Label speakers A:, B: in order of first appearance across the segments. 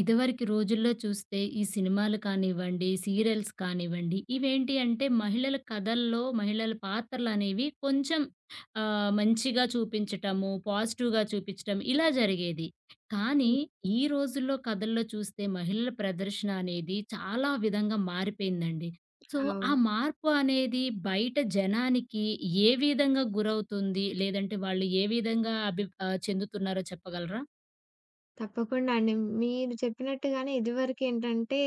A: ఇదివరకు రోజుల్లో చూస్తే ఈ సినిమాలు కానివ్వండి, సీరియల్స్ కానివ్వండి, ఇవేంటి అంటే మహిళల కథల్లో మహిళల పాత్రలనేవి కొంచెం మంచిగా చూపించటము, పాజిటివ్‌గా చూపించటం ఇలా జరిగేది. కానీ
B: హ్మ్.
A: ఈ రోజుల్లో కథల్లో చూస్తే మహిళల ప్రదర్శన అనేది చాలా విధంగా మారిపోయిందండి. సో, ఆ
B: అవును.
A: మార్పు అనేది బయట జనానికి ఏ విధంగా గురవుతుంది? లేదంటే వాళ్ళు ఏ విధంగా చెందుతున్నారో చెప్పగలరా?
B: తప్పకుండా అండి. మీరు చెప్పినట్టుగానే ఇదివరకేంటంటే,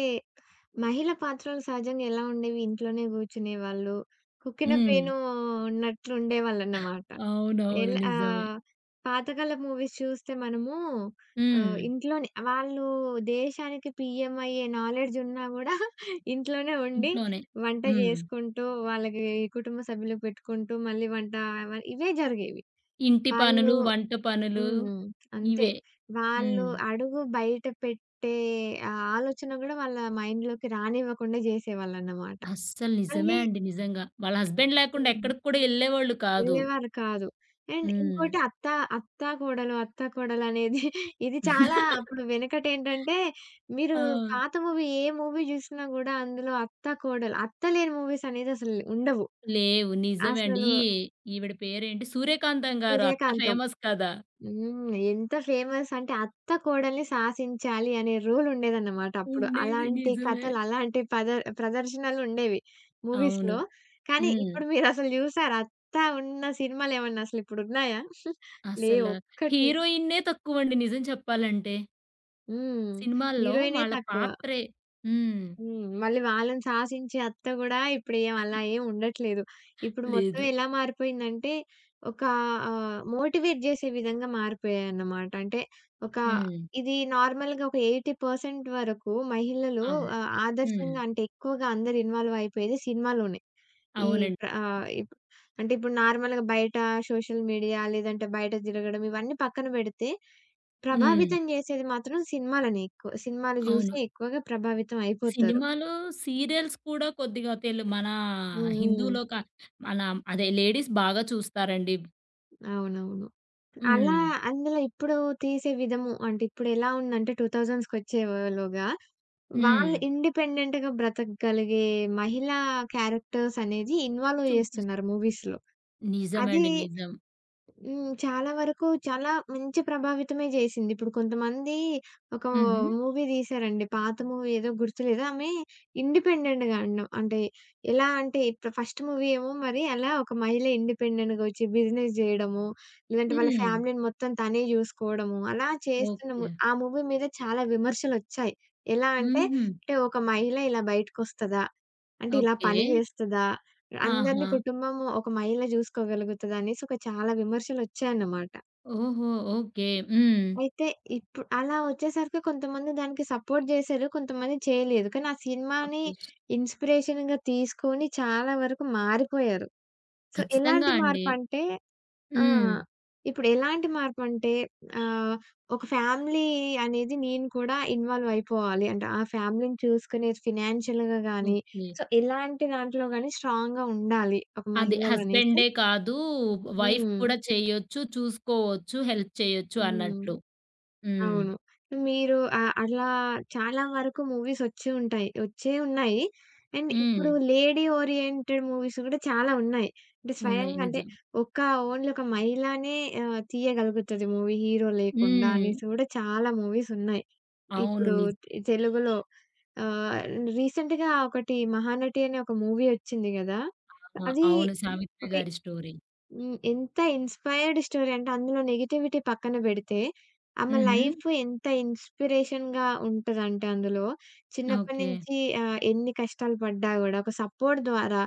B: మహిళ పాత్రలు సహజంగా ఎలా ఉండేవి? ఇంట్లోనే కూర్చునేవాళ్ళు. కుక్కిన
A: హ్మ్.
B: పేను ఉన్నట్లు ఉండేవాళ్ళన్నమాట.
A: అవునవును.
B: ఎల్
A: నిజమే.
B: ఆహ్, పాతకాలపు మూవీస్ చూస్తే మనము
A: హ్మ్.
B: ఇంట్లోనే వాళ్ళు దేశానికి పీఎం అయ్యే నాలెడ్జ్ ఉన్నా గూడా ఇంట్లోనే ఉండి
A: ఇంట్లోనే.
B: వంట
A: హ్మ్.
B: చేసుకుంటూ, వాళ్ళకి కుటుంబ సభ్యులకు పెట్టుకుంటూ మళ్ళీ ఇవే జరిగేవి.
A: ఇంటి
B: వాళ్ళు
A: పనులు, వంట పనులు
B: హ్మ్. అంతే.
A: ఇవే.
B: వాళ్ళు
A: హ్మ్.
B: అడుగు బయట పెట్టే ఆ ఆలోచన గూడా వాళ్ళ మైండ్‌లోకి రానివ్వకుండా జేసేవాళ్ళన్నమాట.
A: అస్సలు నిజమే
B: మళ్ళీ
A: అండి. నిజంగా. వాళ్ళ హస్బెండ్ లేకుండా
B: హ్మ్.
A: ఎక్కడికి కూడా ఎళ్ళేవాళ్ళు కాదు.
B: వెళ్ళేవారు కాదు.
A: హ్మ్.
B: ఇంకోటి అత్తా కోడలు, అత్తా కోడలనేది ఇది చాలా అప్పుడు వెనకటేంటంటే, మీరు
A: ఆ!
B: పాత మూవీ ఏ మూవీ జూసినా గూడా అందులో అత్తా, కోడలు అత్త లేని మూవీసనేది అసలు ఉండవు.
A: లేవు. నిజమే అండి.
B: అసలు
A: ఈవిడ పేరేంటి? 'సూర్యకాంతం' గారు అత్త
B: 'సూర్యకాంతం.'
A: ఫేమస్ కదా!
B: హ్మ్. ఎంత ఫేమస్ అంటే అత్త కోడల్ని శాసించాలి అనే రూల్ ఉండేదన్నమాట అప్పుడు.
A: ఉండేది.
B: అలాంటి
A: నిజమే.
B: కథలు, అలాంటి పద ప్రదర్శనలు ఉండేవి
A: అవును.
B: మూవీస్‌లో. కానీ
A: హ్మ్.
B: ఇప్పుడు మీరసలు జూసారా? అత్త ఉన్న సినిమాలేమన్నా అసలిప్పుడున్నాయా?
A: అసల
B: లేవు. ఒక్కటి
A: హీరోయిన్‌నే తక్కువండి నిజం చెప్పాలంటే.
B: హ్మ్.
A: సినిమాల్లో
B: హీరోయినే
A: వాళ్ళ
B: తక్కువ.
A: పాత్రే. హ్మ్.
B: హ్మ్. మళ్ళీ వాళ్ళని శాసించే అత్త గూడా ఇప్పుడు ఏం అలా ఏం ఉండట్లేదు. ఇప్పుడు మొత్తం
A: లేదు.
B: ఎలా మారిపోయిందంటే, ఒక మోటివేట్ జేసే విధంగా మారిపోయాయన్నమాట. అంటే ఒక
A: హ్మ్.
B: ఇది నార్మల్‌గా ఒక 80% వరకు మహిళలు
A: అవును. హ్మ్.
B: ఆదర్శంగా అంటే ఎక్కువగా అందరూ ఇన్వాల్వ్ అయిపోయేది సినిమాలోనే. ఈ
A: అవునండి.
B: ప్ర ఆహ్, ఇప్ అంటే ఇప్పుడు నార్మల్‌గా బయట సోషల్ మీడియా లేదంటే బయట తిరగడం ఇవన్నీ పక్కన బెడితే,
A: హ్మ్.
B: ప్రభావితం జేసేది మాత్రం సినిమాలనే ఎక్కువ. సినిమాలు
A: అవును.
B: జూసే ఎక్కువగా ప్రభావితం అయిపోతారు.
A: సినిమాలు, సీరియల్స్ కూడా కొద్దిగా తెలు మన
B: హ్మ్. హ్మ్.
A: హిందువులో క మన అదే లేడీస్ బాగా చూస్తారండి.
B: అవునవును. అలా
A: హ్మ్.
B: అందులో ఇప్పుడు తీసే విధము అంటే ఇప్పుడెలా ఉందంటే 2000స్‌కొచ్చేలోగా వాళ్ళు
A: హ్మ్.
B: ఇండిపెండెంట్‌గా బ్రతకగలిగే మహిళా క్యారెక్టర్స్ అనేది ఇన్వాల్వ్
A: చూపిస్
B: జేస్తున్నారు మూవీస్‌లో. అది
A: నిజమండి. నిజం.
B: హ్మ్. చాలా వరకు చాలా మంచి ప్రభావితమే జేసింది. ఇప్పుడు కొంతమంది ఒక
A: హుహు.
B: మూవీ తీశారండి. పాత మూవీ ఏదో గుర్తులేదు. ఆమె ఇండిపెండెంట్‌గా అండం అంటే ఎలా అంటే ఇప్పుడు ఫస్ట్ మూవీ ఏమో మరి అలా ఒక మహిళ ఇండిపెండెంట్‌గా వచ్చి బిజినెస్ జేయడము, లేదంటే వాళ్ళ
A: హ్మ్.
B: ఫ్యామిలీని మొత్తం తనే జూసుకోవడము, అలా చేస్తున్న
A: ఓకే.
B: ము ఆ మూవీ మీద చాలా విమర్శలొచ్చాయి. ఎలా అంటే,
A: హుహు.
B: అంటే ఒక మహిళ ఇలా బయటకొస్తదా? అంటే ఇలా
A: ఓకే.
B: పని జేస్తదా? అందరిని
A: ఆహా!
B: కుటుంబం ఒక మహిళ జూసుకోగలుగుతదనేసి ఒక చాలా విమర్శలొచ్చాయన్నమాట.
A: ఓహో! ఓకే. హ్మ్.
B: అయితే అలా వచ్చేసరికి కొంతమంది దానికి సపోర్ట్ జేశారు. కొంతమంది చేయలేదు. కానీ ఆ సినిమాని
A: అపోస్
B: ఇన్‌స్పిరేషన్‌గా తీసుకొని చాలా వరకు మారిపోయారు. సో,
A: ఖచ్చితంగా
B: ఎలాంటి
A: అండి.
B: మార్పంటే ఆ!
A: హ్మ్.
B: ఇప్పుడు ఎలాంటి మార్పంటే ఆహ్, ఒక ఫ్యామిలీ అనేది నేను కూడా ఇన్వాల్వ్ అయిపోవాలి. అంటే ఆ ఫ్యామిలీని చూసుకునే ఫినాన్షియల్‌గా గానీ,
A: ఓకే.
B: సో, ఎలాంటి దాంట్లో గానీ స్ట్రాంగ్‌గా ఉండాలి ఒక
A: అదే
B: మహిళలనేసి
A: హస్బెండే కాదు, వైఫ్
B: హ్మ్.
A: కూడా చేయొచ్చు, చూసుకోవచ్చు, హెల్ప్ చేయొచ్చు
B: హ్మ్.
A: అన్నట్లు. హ్మ్.
B: అవును. మీరు అలా చాలా వరకు మూవీస్ వచ్చి ఉంటాయి. వచ్చే ఉన్నాయి.
A: హ్మ్.
B: ఇప్పుడు లేడీ ఓరియెంటెడ్ మూవీస్ కూడా చాలా ఉన్నాయి. అంటే
A: ఉన్నాయి.
B: స్వయంగా అంటే
A: నిజం.
B: ఒక ఓన్లీ ఒక మహిళనే తీయగలుగుతది మూవీ హీరో లేకుండా
A: హ్మ్.
B: అనేసి కూడా చాలా మూవీస్ ఉన్నాయి.
A: అవును.
B: ఇప్పుడు
A: నిజం.
B: తెలుగులో ఆహ్, రీసెంట్‌గా ఒకటి 'మహానటి' అనే ఒక మూవీ వచ్చింది గదా!
A: ఆ!
B: అది
A: అవును. సావిత్రి
B: ఒక
A: గారి స్టోరీ.
B: హ్మ్. ఎంత ఇన్‌స్పైర్డ్ స్టోరీ అంటే అందులో నెగటివిటీ పక్కన బెడితే, ఆమె
A: హుహు.
B: లైఫ్ ఎంత ఇన్‌స్పిరేషన్‌గా ఉంటదంటే అందులో, చిన్నప్పటి
A: ఓకే.
B: నుంచి ఎన్ని కష్టాలు పడ్డా గూడా ఒక సపోర్ట్ ద్వారా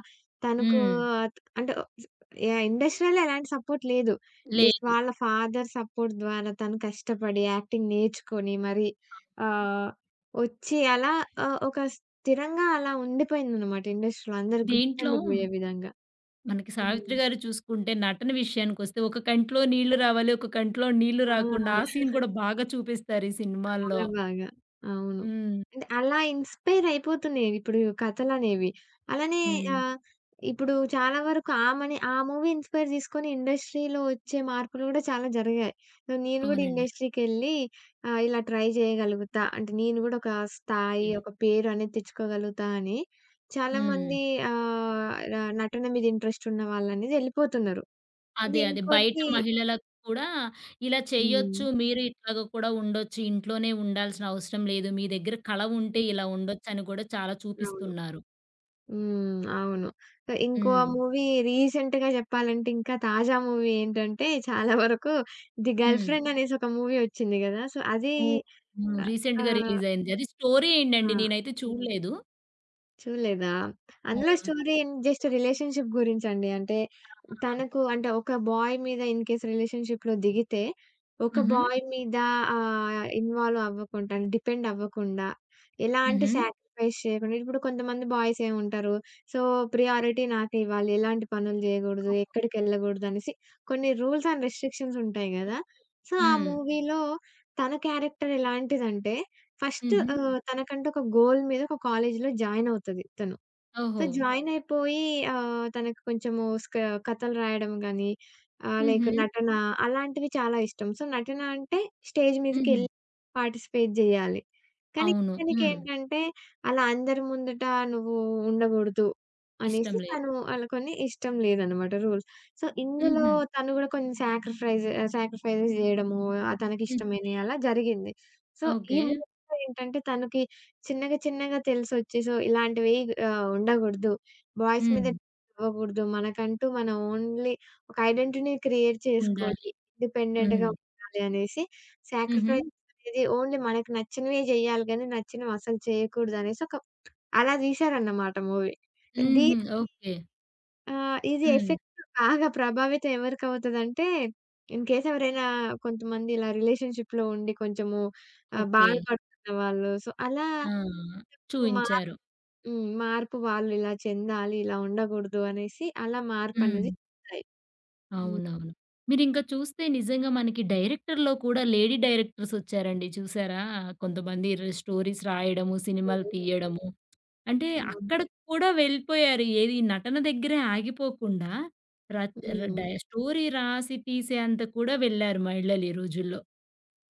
B: తనకు
A: హ్మ్.
B: ఆహ్, అంటే యాహ్! ఇండస్ట్రీలో ఎలాంటి సపోర్ట్ లేదు. జస్ట్
A: లేదు.
B: వాళ్ళ ఫాదర్ సపోర్ట్ ద్వారా తను కష్టపడి యాక్టింగ్ నేర్చుకొని మరి ఆహ్, ఒచ్చి అలా ఒక స్థిరంగా అలా ఉండిపోయిందనమాట ఇండస్ట్రీలో అందరికి
A: దీంట్లో
B: గుర్తుండిపోయే విధంగా.
A: మనకి సావిత్రి
B: హ్మ్.
A: గారు చూసుకుంటే నటన విషయానికొస్తే ఒక కంట్లో నీళ్లు రావాలి, ఒక కంట్లో నీళ్లు రాకుండా
B: ఆ!
A: ఆ సీన్ కూడా బాగా చూపిస్తారు ఈ సినిమాల్లో.
B: చాలా బాగా. అవును.
A: హ్మ్.
B: అంటే అలా ఇన్‌స్పైర్ అయిపోతున్నాయి ఇప్పుడు కథలనేవి. అలానే
A: హ్మ్.
B: ఆహ్, ఇప్పుడు చాలా వరకు ఆమని ఆ మూవీ ఇన్‌స్పైర్ తీసుకొని ఇండస్ట్రీలో వచ్చే మార్పులు గూడా చాలా జరిగాయి. సో, నేను గూడా
A: అవునండి.
B: ఇండస్ట్రీకెళ్ళి ఇలా ట్రై చేయగలుగుతా. అంటే నేను గూడా ఒక
A: ఓకే.
B: స్థాయి, ఒక పేరు అనేది తెచ్చుకోగలుగుతా అని
A: హ్మ్.
B: చాలామంది ఆహ్, ర నటన మీద ఇంట్రెస్ట్ ఉన్న వాళ్ళనేది ఎళ్ళిపోతున్నారు.
A: అదే.
B: ఇది
A: అదే. బయట
B: ఇంకోటి
A: మహిళలకు కూడా ఇలా
B: హ్మ్.
A: చెయ్యొచ్చు. మీరు ఇట్లాగ కూడా ఉండొచ్చు. ఇంట్లోనే ఉండాల్సిన అవసరం లేదు. మీ దగ్గర కళ ఉంటే
B: హ్మ్.
A: ఇలా ఉండొచ్చని కూడా చాలా
B: అవును.
A: చూపిస్తున్నారు.
B: అవును. ఇంకో
A: హ్మ్.
B: మూవీ రీసెంట్‌గా చెప్పాలంటే ఇంకా తాజా మూవీ ఏంటంటే చాలా వరకు 'ది గర్ల్
A: హ్మ్.
B: ఫ్రెండ్' అనేసి ఒక మూవీ వచ్చింది గదా! సో అది
A: ఓహ్! అవును.
B: ఆహ్, ఆ!
A: రీసెంట్‌గా రిలీజ్ అయింది. అది స్టోరీ ఏంటండి?
B: ఆ!
A: నేనైతే చూడలేదు.
B: చూడలేదా? అందులో
A: ఆ!
B: స్టోరీ ఏం జస్ట్ రిలేషన్‌షిప్ గురించండి. అంటే
A: ఆహా!
B: తనకు అంటే ఒక బాయ్ మీద ఇన్ కేస్ రిలేషన్‌షిప్‌లో దిగితే, ఒక
A: హుహు.
B: బాయ్ మీద ఇన్వాల్వ్ అవ్వకుండా, డిపెండ్ అవ్వకుండా, ఎలాంటి
A: హుహు.
B: సాక్రిఫైస్ చేయకుండా ఇప్పుడు కొంతమంది బాయ్స్ ఏముంటారు. సో, ప్రియారిటీ నాకే ఇవ్వాలి. ఎలాంటి పనులు జేయగూడదు, ఎక్కడికెళ్ళగూడదు అనేసి కొన్ని రూల్స్ అండ్ రెస్ట్రిక్షన్స్ ఉంటాయి గదా! సో, ఆ
A: హ్మ్.
B: మూవీలో తన క్యారెక్టర్ ఎలాంటిదంటే ఫస్ట్
A: హుహు.
B: తనకంటూ ఒక గోల్ మీద ఒక కాలేజ్‌లో జాయిన్ అవుతది తను.
A: ఓహో!
B: సో, జాయిన్ అయిపోయి ఆహ్, తనకు కొంచెము స్క కథలు రాయడం గాని, లైక్
A: హుహు.
B: నటన అలాంటివి చాలా ఇష్టం. సో, నటన అంటే స్టేజ్
A: హుహు.
B: మీదకెళ్ళి పార్టిసిపేట్ జేయాలి. కానీ
A: అవును. హ్మ్.
B: ఇతనికేంటంటే అలా అందరి ముందుట నువ్వు ఉండగూడదు
A: ఇష్టం
B: అనేసి
A: లేదు.
B: తను అలా కొన్ని ఇష్టం లేదనమాట రూల్స్. సో, ఇందులో
A: హుహు.
B: తను గూడా కొన్ని సాక్రిఫైజెస్ జేయడము
A: హ్మ్.
B: తనకిష్టమైనయి అలా జరిగింది. సో, ఈ
A: ఓకే.
B: మూవీలో ఏంటంటే తనకి చిన్నగా చిన్నగా తెలిసొచ్చి సో, ఇలాంటివి ఉండగూడదు. బాయ్స్ మీద
A: హ్మ్.
B: ఇవ్వకూడదు. మనకంటూ మన ఓన్లీ ఒక ఐడెంటిటీని క్రియేట్ చేసుకొని
A: ఉండాలి.
B: ఇండిపెండెంట్‌గా
A: హ్మ్.
B: ఉండాలి అనేసి
A: హుహు.
B: సాక్రిఫైస్ అనేది ఓన్లీ మనకు నచ్చినవే జేయాలి గానీ, నచ్చినవి అసలు చేయకూడదు అనేసి ఒక అలా తీశారన్నమాట మూవీ. దీ
A: హుహు. ఓకే.
B: ఇది
A: హ్మ్.
B: ఎఫెక్ట్ బాగా ప్రభావితం ఎవరికవుతదంటే, ఇన్‌కేస్ ఎవరైనా కొంతమంది ఇలా రిలేషన్‌షిప్‌లో ఉండి కొంచెము
A: ఓకే.
B: బాధపడుతున్న వాళ్ళు. సో, అలా
A: ఆ!
B: మా
A: చూయించారు.
B: హ్మ్. మార్పు వాళ్ళు ఇలా చెందాలి, ఇలా ఉండగూడదు అనేసి అలా
A: హ్మ్.
B: మార్పనేది చెందాయి. హ్మ్.
A: అవునవును. మీరింకా చూస్తే నిజంగా మనకి డైరెక్టర్‌లో కూడా లేడీ డైరెక్టర్స్ వచ్చారండి, చూసారా? కొంతమంది స్టోరీస్ రాయడము,
B: హ్మ్.
A: సినిమాలు
B: హ్మ్.
A: తీయడము. అంటే
B: అవును.
A: అక్కడికి కూడా వెళ్ళిపోయారు. ఏది నటన దగ్గరే ఆగిపోకుండా రచ్ ర
B: హ్మ్.
A: డై స్టోరీ రాసి తీసేంత కూడా వెళ్లారు మహిళలు ఈ రోజుల్లో.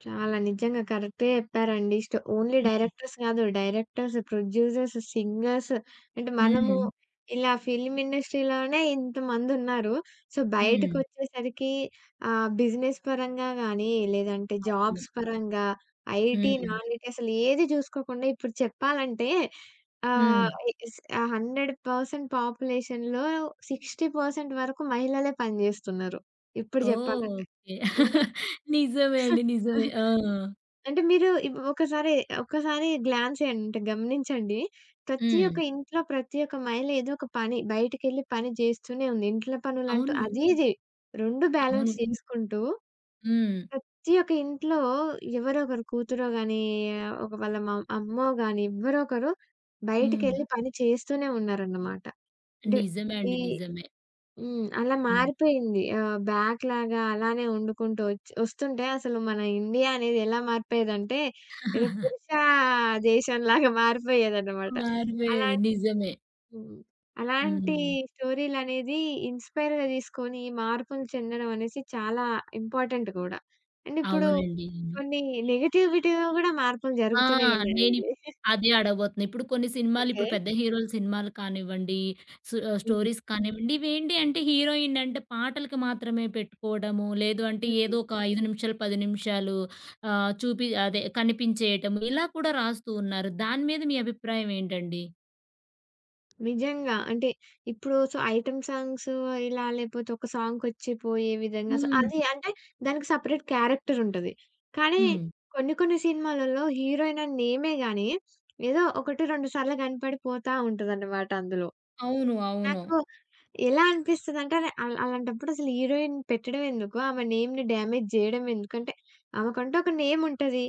B: చాలా నిజంగా కరెక్టే చెప్పారండి. ఓన్లీ డైరెక్టర్స్ కాదు. డైరెక్టర్స్, ప్రొడ్యూసర్స్, సింగర్స్ అంటే మనము
A: హ్మ్.
B: ఇలా ఫిల్మ్ ఇండస్ట్రీలోనే ఇంతమందున్నారు. సో,
A: హ్మ్.
B: బయటకొచ్చేసరికి బిజినెస్ పరంగా గానీ, లేదంటే
A: అవును.
B: జాబ్స్ పరంగా, ఐటీ,
A: హ్మ్.
B: నాన్ ఐటీ అసలు ఏది చూసుకోకుండా ఇప్పుడు చెప్పాలంటే
A: హ్మ్.
B: ఆహ్, ఇస్ 100% పాపులేషన్‌లో 60% వరకు మహిళలే పనిజేస్తున్నారు. ఇప్పుడు
A: ఓహ్!
B: జెప్పాలంటే.
A: ఓకే.
B: అంటే
A: నిజమే అండి. నిజమే. ఆ!
B: అంటే మీరు ఇప్ ఒకసారి, ఒక్కసారి గ్లాన్స్ ఎయ్యండి. అంటే గమనించండి. ప్రతి
A: హ్మ్.
B: ఒక్క ఇంట్లో, ప్రతి ఒక్క మహిళ ఏదో ఒక పని బయటికెళ్ళి పని జేస్తూనే ఉంది. ఇంట్లో పనులంటూ
A: అవును.
B: అది ఇది 2
A: అవును.
B: బ్యాలెన్స్ చేసుకుంటూ
A: హ్మ్.
B: ప్రతి ఒక్క ఇంట్లో ఎవరో ఒకరు కూతురో గాని, ఒక వాళ్ళ మ అమ్మో గాని ఎవ్వరో ఒకరు
A: హ్మ్.
B: బయటికెళ్ళి పని చేస్తూనే ఉన్నారన్నమాట. అంటే
A: నిజమే
B: ఈ
A: అండి. నిజమే.
B: హ్మ్. అలా
A: హ్మ్.
B: మారిపోయింది. బ్యాక్‌లాగా అలానే వండుకుంటూ ఒచ్ ఒస్తుంటే అసలు మన ఇండియా అనేది ఎలా మారిపోయేదంటే, ఏదో పురుష దేశంలాగా మారిపోయేదన్నమాట.
A: మారిపోయేది.
B: అలాంటి
A: నిజమే.
B: హ్మ్. అలాంటి
A: హ్మ్.
B: స్టోరీలనేది ఇన్‌స్పైర్‌గా తీసుకొని మార్పులు చెందడం అనేసి చాలా ఇంపార్టెంట్ గూడా. ఇప్పుడు
A: అవునండి. అవును.
B: కొన్ని నెగటివిటీ‌గా గూడా మార్పులు
A: ఆ!
B: జరుగుతూనే
A: నేనిప్
B: ఉన్నాయండి.
A: అదే అడగబోతున్నా. ఇప్పుడు కొన్ని సినిమాలు,
B: ఓకే.
A: ఇప్పుడు పెద్ద హీరోల సినిమాలు కానివ్వండి,
B: హ్మ్.
A: స్టోరీస్ కానివ్వండి, ఇవేంటి అంటే హీరోయిన్ అంటే పాటలకి మాత్రమే పెట్టుకోవడము, లేదు అంటే
B: హ్మ్.
A: ఏదో ఒక 5 నిమిషాలు, 10 నిమిషాలు చూపి అదే కనిపించేయటము ఇలా కూడా రాస్తూ ఉన్నారు. దాని మీద మీ అభిప్రాయం ఏంటండి?
B: నిజంగా. ఐటెమ్ సాంగ్స్ ఇలా లేపోతే ఒక సాంగ్‌కొచ్చి పోయే విధంగా
A: హ్మ్.
B: అది అంటే దానికి సెపరేట్ క్యారెక్టర్ ఉంటది. కానీ
A: హ్మ్.
B: కొన్ని కొన్ని సినిమాలలో హీరోయిన్ అని నేమే గాని ఏదో 1, 2 సార్లు కనపడిపోతా ఉంటదన్నమాట అందులో.
A: అవును. అవును.
B: నాకు ఎలా అనిపిస్తదంటే అలాంటప్పుడసలు హీరోయిన్ పెట్టడం ఎందుకు? ఆమె నేమ్‌ని డ్యామేజ్ జేయడం ఎందుకు? అంటే ఆమెకంటూ ఒక నేమ్ ఉంటది.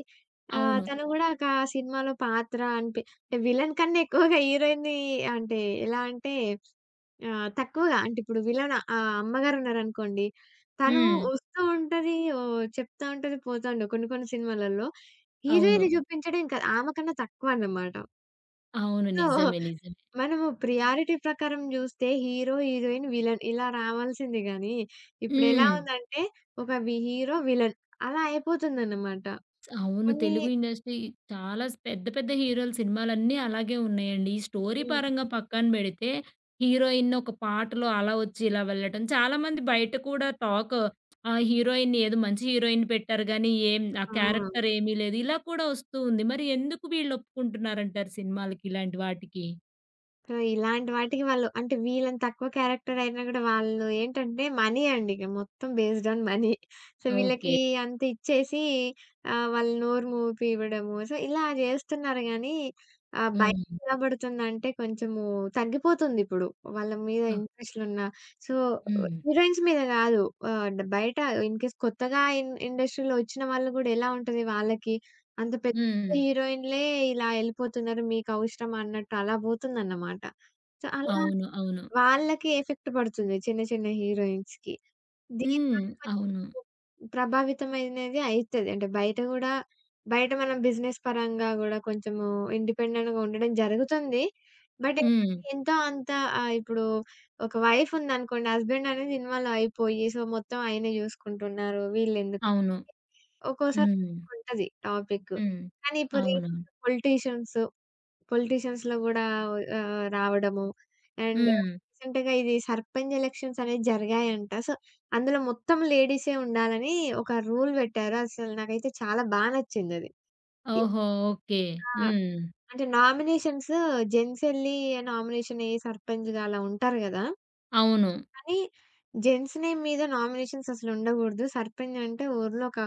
A: అవును.
B: తను గూడా ఒక ఆ సినిమాలో పాత్ర అంటే విలన్ కన్నా ఎక్కువగా హీరోయిన్‌ని అంటే ఎలా అంటే తక్కువగా అంటే ఇప్పుడు విలన్ అమ్మగారున్నారనుకోండి. తను
A: హ్మ్.
B: వస్తూ ఉంటది. ఓహ్! చెప్తా ఉంటది. పోతా ఉంటది. కొన్ని కొన్ని సినిమాలలో
A: అవును.
B: హీరోయిన్‌ని చూపించడం ఇంకా ఆమె కన్నా తక్కువ అన్నమాట.
A: అవును.
B: సో,
A: నిజమే. నిజమే.
B: మనము ప్రియారిటీ ప్రకారం జూస్తే హీరో, హీరోయిన్, విలన్ ఇలా రావాల్సింది గానీ, ఇప్పుడెలా
A: హ్మ్.
B: ఉందంటే ఒక వి హీరో, విలన్ అలా అయిపోతుందన్నమాట.
A: అవును.
B: కొన్ని
A: తెలుగు ఇండస్ట్రీ చాలా పెద్ద పెద్ద హీరోల సినిమాలన్నీ అలాగే ఉన్నాయండి. ఈ స్టోరీ
B: హ్మ్.
A: పరంగా పక్కన పెడితే హీరోయిన్ ఒక పాటలో అలా వచ్చి ఇలా వెళ్ళటం చాలామంది బయట కూడా టాక్. ఆ హీరోయిన్ ఏదో మంచి హీరోయిన్ పెట్టారు గానీ ఏం, ఆ
B: ఆ!
A: క్యారెక్టర్ ఏమీ లేదు. ఇలా కూడా వస్తూ ఉంది. మరి ఎందుకు వీళ్ళు ఒప్పుకుంటున్నారంటారు సినిమాలకి ఇలాంటి వాటికి?
B: సో, ఇలాంటి వాటికి వాళ్ళు అంటే వీళ్ళని తక్కువ క్యారెక్టర్ అయినా గూడా వాళ్ళు ఏంటంటే మనీ అండి. ఇక మొత్తం based on money. So,
A: okay.
B: వీళ్ళకి అంత ఇచ్చేసి వాళ్ళు నోరు మూపివ్వడము. సో, ఇలా చేస్తున్నారు గానీ బయట
A: హ్మ్.
B: ఎలా పడుతుందంటే కొంచెము తగ్గిపోతుందిప్పుడు. వాళ్ళ మీద
A: ఓహ్!
B: ఇంట్రెస్ట్‌లున్న సో,
A: హ్మ్.
B: హీరోయిన్స్ మీద గాదు. ఆహ్, బయట ఇన్‌కేస్ కొత్తగా ఇండస్ట్రీలో వచ్చిన వాళ్ళు గూడా ఎలా ఉంటది వాళ్ళకి అంత పె
A: హ్మ్.
B: హీరోయిన్‌లే ఇలా ఎళ్ళిపోతున్నారు మీకవసరమా అన్నట్టు అలా పోతుందన్నమాట. సో, అలా
A: అవును. అవును.
B: వాళ్ళకి ఎఫెక్ట్ పడుతుంది చిన్న చిన్న హీరోయిన్స్‌కి.
A: హ్మ్.
B: దీనివల్ల
A: అవును.
B: కొంచెం ప్రభావితమైనది అయితది. అంటే బయట గూడా బయట మనం బిజినెస్ పరంగా గూడా కొంచెము ఇండిపెండెంట్‌గా ఉండడం జరుగుతుంది. బట్
A: హ్మ్.
B: ఏంటంటే ఎంతో అంత ఇప్పుడు ఒక వైఫ్ ఉందనుకోండి హస్బెండ్ అనేది ఇన్వాల్వ్ అయిపోయి సో, మొత్తం ఆయనే జూసుకుంటున్నారు వీళ్ళెందుకు
A: అవును.
B: ఒక్కోసారి
A: హ్మ్.
B: ఉంటది టాపిక్.
A: హ్మ్.
B: కానీ ఇప్పుడు
A: అవును.
B: రీసెంట్‌గా పొలిటీషియన్స్‌లో గూడా రావడము అండ్
A: హ్మ్.
B: రీసెంట్‌గా ఇది సర్పంచ్ ఎలక్షన్స్ అనేవి జరిగాయంట. సో, అందులో మొత్తం లేడీసే ఉండాలని ఒక రూల్ పెట్టారు. అసలు నాకైతే చాలా బా నచ్చిందది. ఇ
A: ఓహో! ఓకే.
B: ఆ!
A: హ్మ్.
B: అంటే నామినేషన్స్ జెంట్స్ ఎళ్లి నామినేషన్ అయ్యి సర్పంచ్‌గా అలా ఉంటారు గదా!
A: అవును.
B: కానీ జెంట్స్ నేమ్ మీద నామినేషన్స్ అసలుండగూడదు. సర్పంచ్ అంటే ఊర్లో ఒక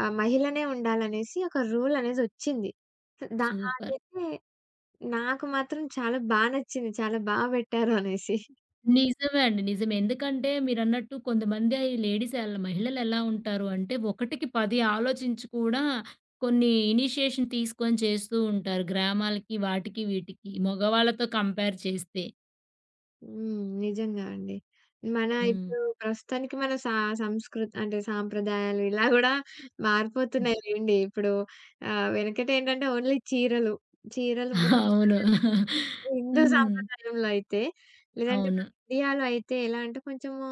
B: మహిళనే ఉండాలనేసి ఒక రూల్ అనేసొచ్చింది. దా
A: సూపర్.
B: అదైతే నాకు మాత్రం చాలా బా నచ్చింది. చాలా బా బెట్టారు అనేసి.
A: నిజమే అండి. నిజమే. ఎందుకంటే మీరన్నట్టు కొంతమంది లేడీస్, మహిళలెలా ఉంటారు అంటే, ఒకటికి 10 ఆలోచించి కూడా కొన్ని ఇనిషియేషన్ తీసుకొని చేస్తూ ఉంటారు. గ్రామాలకి, వాటికి, వీటికి మగవాళ్ళతో కంపేర్ చేస్తే.
B: హ్మ్. నిజంగా అండి. మన
A: హ్మ్.
B: ఇప్పుడు ప్రస్తుతానికి మన సా సంస్కృతి అంటే సాంప్రదాయాలు ఇలా గూడా
A: హ్మ్.
B: మారిపోతున్నాయి లెండి. ఇప్పుడు వెనకటేంటంటే ఓన్లీ చీరలు. చీరలు
A: అవును.
B: హిందూ
A: హ్మ్.
B: సాంప్రదాయంలో అయితే, లేదంటే
A: అవును.
B: మన ఇండియాలో అయితే ఎలా అంటే కొంచెము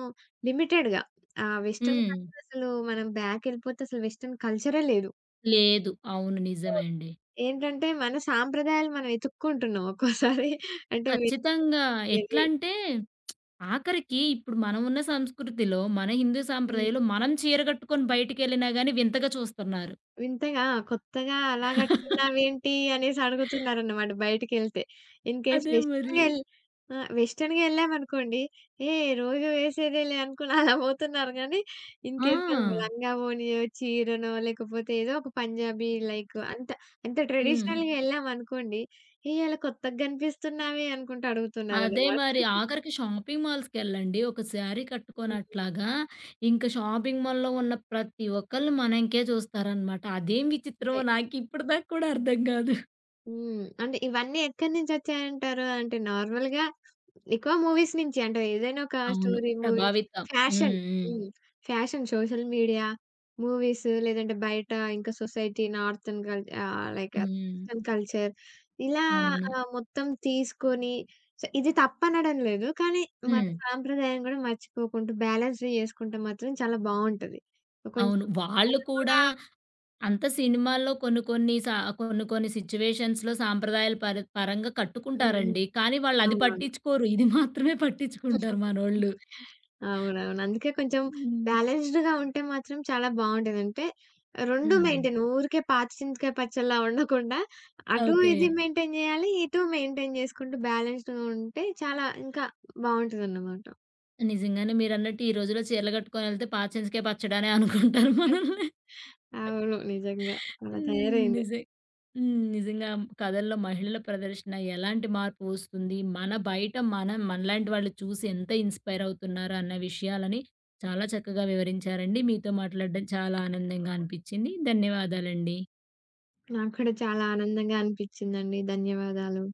B: లిమిటెడ్‌గా ఆహ్, వెస్టర్న్
A: హ్మ్.
B: కల్చర్ అసలు మనం బ్యాక్ ఎళ్ళిపోతే అసలు వెస్టర్న్ కల్చరే లేదు.
A: లేదు. అవును.
B: అవును.
A: నిజమే అండి.
B: ఏంటంటే మన సాంప్రదాయాలు మనం వెతుక్కుంటున్నాం ఒక్కోసారి. అంటే వెతికి
A: ఖచ్చితంగా.
B: దొరికేది.
A: ఎట్లంటే, ఆఖరికి ఇప్పుడు మనమున్న సంస్కృతిలో, మన హిందూ
B: హ్మ్.
A: సాంప్రదాయంలో మనం చీర కట్టుకొని బయటికెళ్ళినా గాని వింతగా చూస్తున్నారు.
B: వింతగా ఆ! కొత్తగా అలా కట్టుకున్నావేంటి అనేసి అడుగుతున్నారన్నమాట బయటికెళ్తే. ఇన్ కేస్
A: అదే మరి.
B: వెస్టర్న్‌గా ఎల్ ఆ! వెస్టర్న్‌గా ఎళ్ళామనుకోండి, "ఏయ్! రోజు వేసేదేలే" అనుకుని అలా పోతున్నారు గానీ, ఇన్
A: ఆ!
B: కేస్ మనం లంగా ఓణియో, చీరనో లేకపోతే ఏదో ఒక పంజాబీ లైక్ అంత అంత
A: హ్మ్.
B: ట్రెడిషనల్‌గా ఎళ్ళామనుకోండి, "ఏయ్! అలా కొత్తగా కనిపిస్తున్నావే" అనుకుంటా
A: అదే
B: అడుగుతున్నారన్నమాట.
A: మరి. ఆఖరికి షాపింగ్ మాల్స్‌కెళ్ళండి. ఒక శారీ
B: హ్మ్.
A: కట్టుకోనట్లాగా ఇంక షాపింగ్ మాల్‌లో ఉన్న ప్రతి ఒక్కళ్ళు మనకే చూస్తారనమాట. అదేం
B: అంతే.
A: విచిత్రమో నాకిప్పటి దాకా కూడా అర్థం కాదు.
B: హ్మ్. అంటే ఇవన్నీ ఎక్కడి నుంచొచ్చాయంటారు? అంటే నార్మల్‌గా ఎక్కువ మూవీస్ నుంచి అంటే ఏదైనా ఒక
A: అవును.
B: స్టోరీ మూవీస్
A: ప్రభావితం. హ్మ్.
B: ఫ్యాషన్.
A: హ్మ్.
B: హ్మ్. ఫ్యాషన్, సోషల్ మీడియా, మూవీస్ లేదంటే బయట ఇంకా సొసైటీ లైక్
A: హ్మ్.
B: వెస్టర్న్ కల్చర్
A: అవును.
B: మొత్తం తీసుకొని సో, ఇది తప్పనడం లేదు. కానీ మన
A: హ్మ్.
B: సాంప్రదాయం గూడా మర్చిపోకుంటూ బ్యాలెన్స్ చేసుకుంటే మాత్రం చాలా బావుంటది. కొంచెం
A: అవును. వాళ్ళు
B: మనం
A: కూడా
B: కూడా
A: అంత సినిమాల్లో కొన్ని కొన్ని సా కొన్ని కొన్ని సిట్యుయేషన్స్‌లో సాంప్రదాయాల పరంగా
B: హ్మ్. హ్మ్.
A: కట్టుకుంటారండి. కానీ వాళ్ళది
B: అవునవును.
A: పట్టించుకోరు. ఇది మాత్రమే పట్టించుకుంటారు మనోళ్ళు.
B: అవునవును. అందుకే కొంచెం
A: హ్మ్.
B: బ్యాలెన్స్‌డ్‌గా ఉంటే మాత్రం చాలా బావుంటది. అంటే 2
A: హ్మ్.
B: మెయింటైన్ ఊరికే పాత చింతకాయ పచ్చడిలా ఉండకుండా అటు
A: ఓకే.
B: ఇది హుహు. మెయింటైన్ జేయాలి, ఇటు మెయింటైన్ చేసుకుంటూ బ్యాలెన్స్‌డ్‌గా ఉంటే చాలా ఇంకా బావుంటదన్నమాట.
A: నిజంగానే మీరన్నట్టు ఈ రోజుల్లో చీరలు కట్టుకొనెళ్తే పాచింజకాయ పచ్చడానే అనుకుంటారు మనల్ని.
B: అవును. నిజంగా అలా
A: హ్మ్.
B: తయారైంది.
A: హ్మ్. నిజంగా కథల్లో మహిళల ప్రదర్శన ఎలాంటి మార్పు వస్తుంది? మన బయట మనం మనలాంటి వాళ్ళు చూసి ఎంత ఇన్‌స్పైర్ అవుతున్నారు అన్న విషయాలని చాలా చక్కగా వివరించారండి. మీతో మాట్లాడడం చాలా ఆనందంగా అనిపిచ్చింది. ధన్యవాదాలండి.
B: నాకు కూడా చాలా ఆనందంగా అనిపిచ్చిందండి. ధన్యవాదాలు.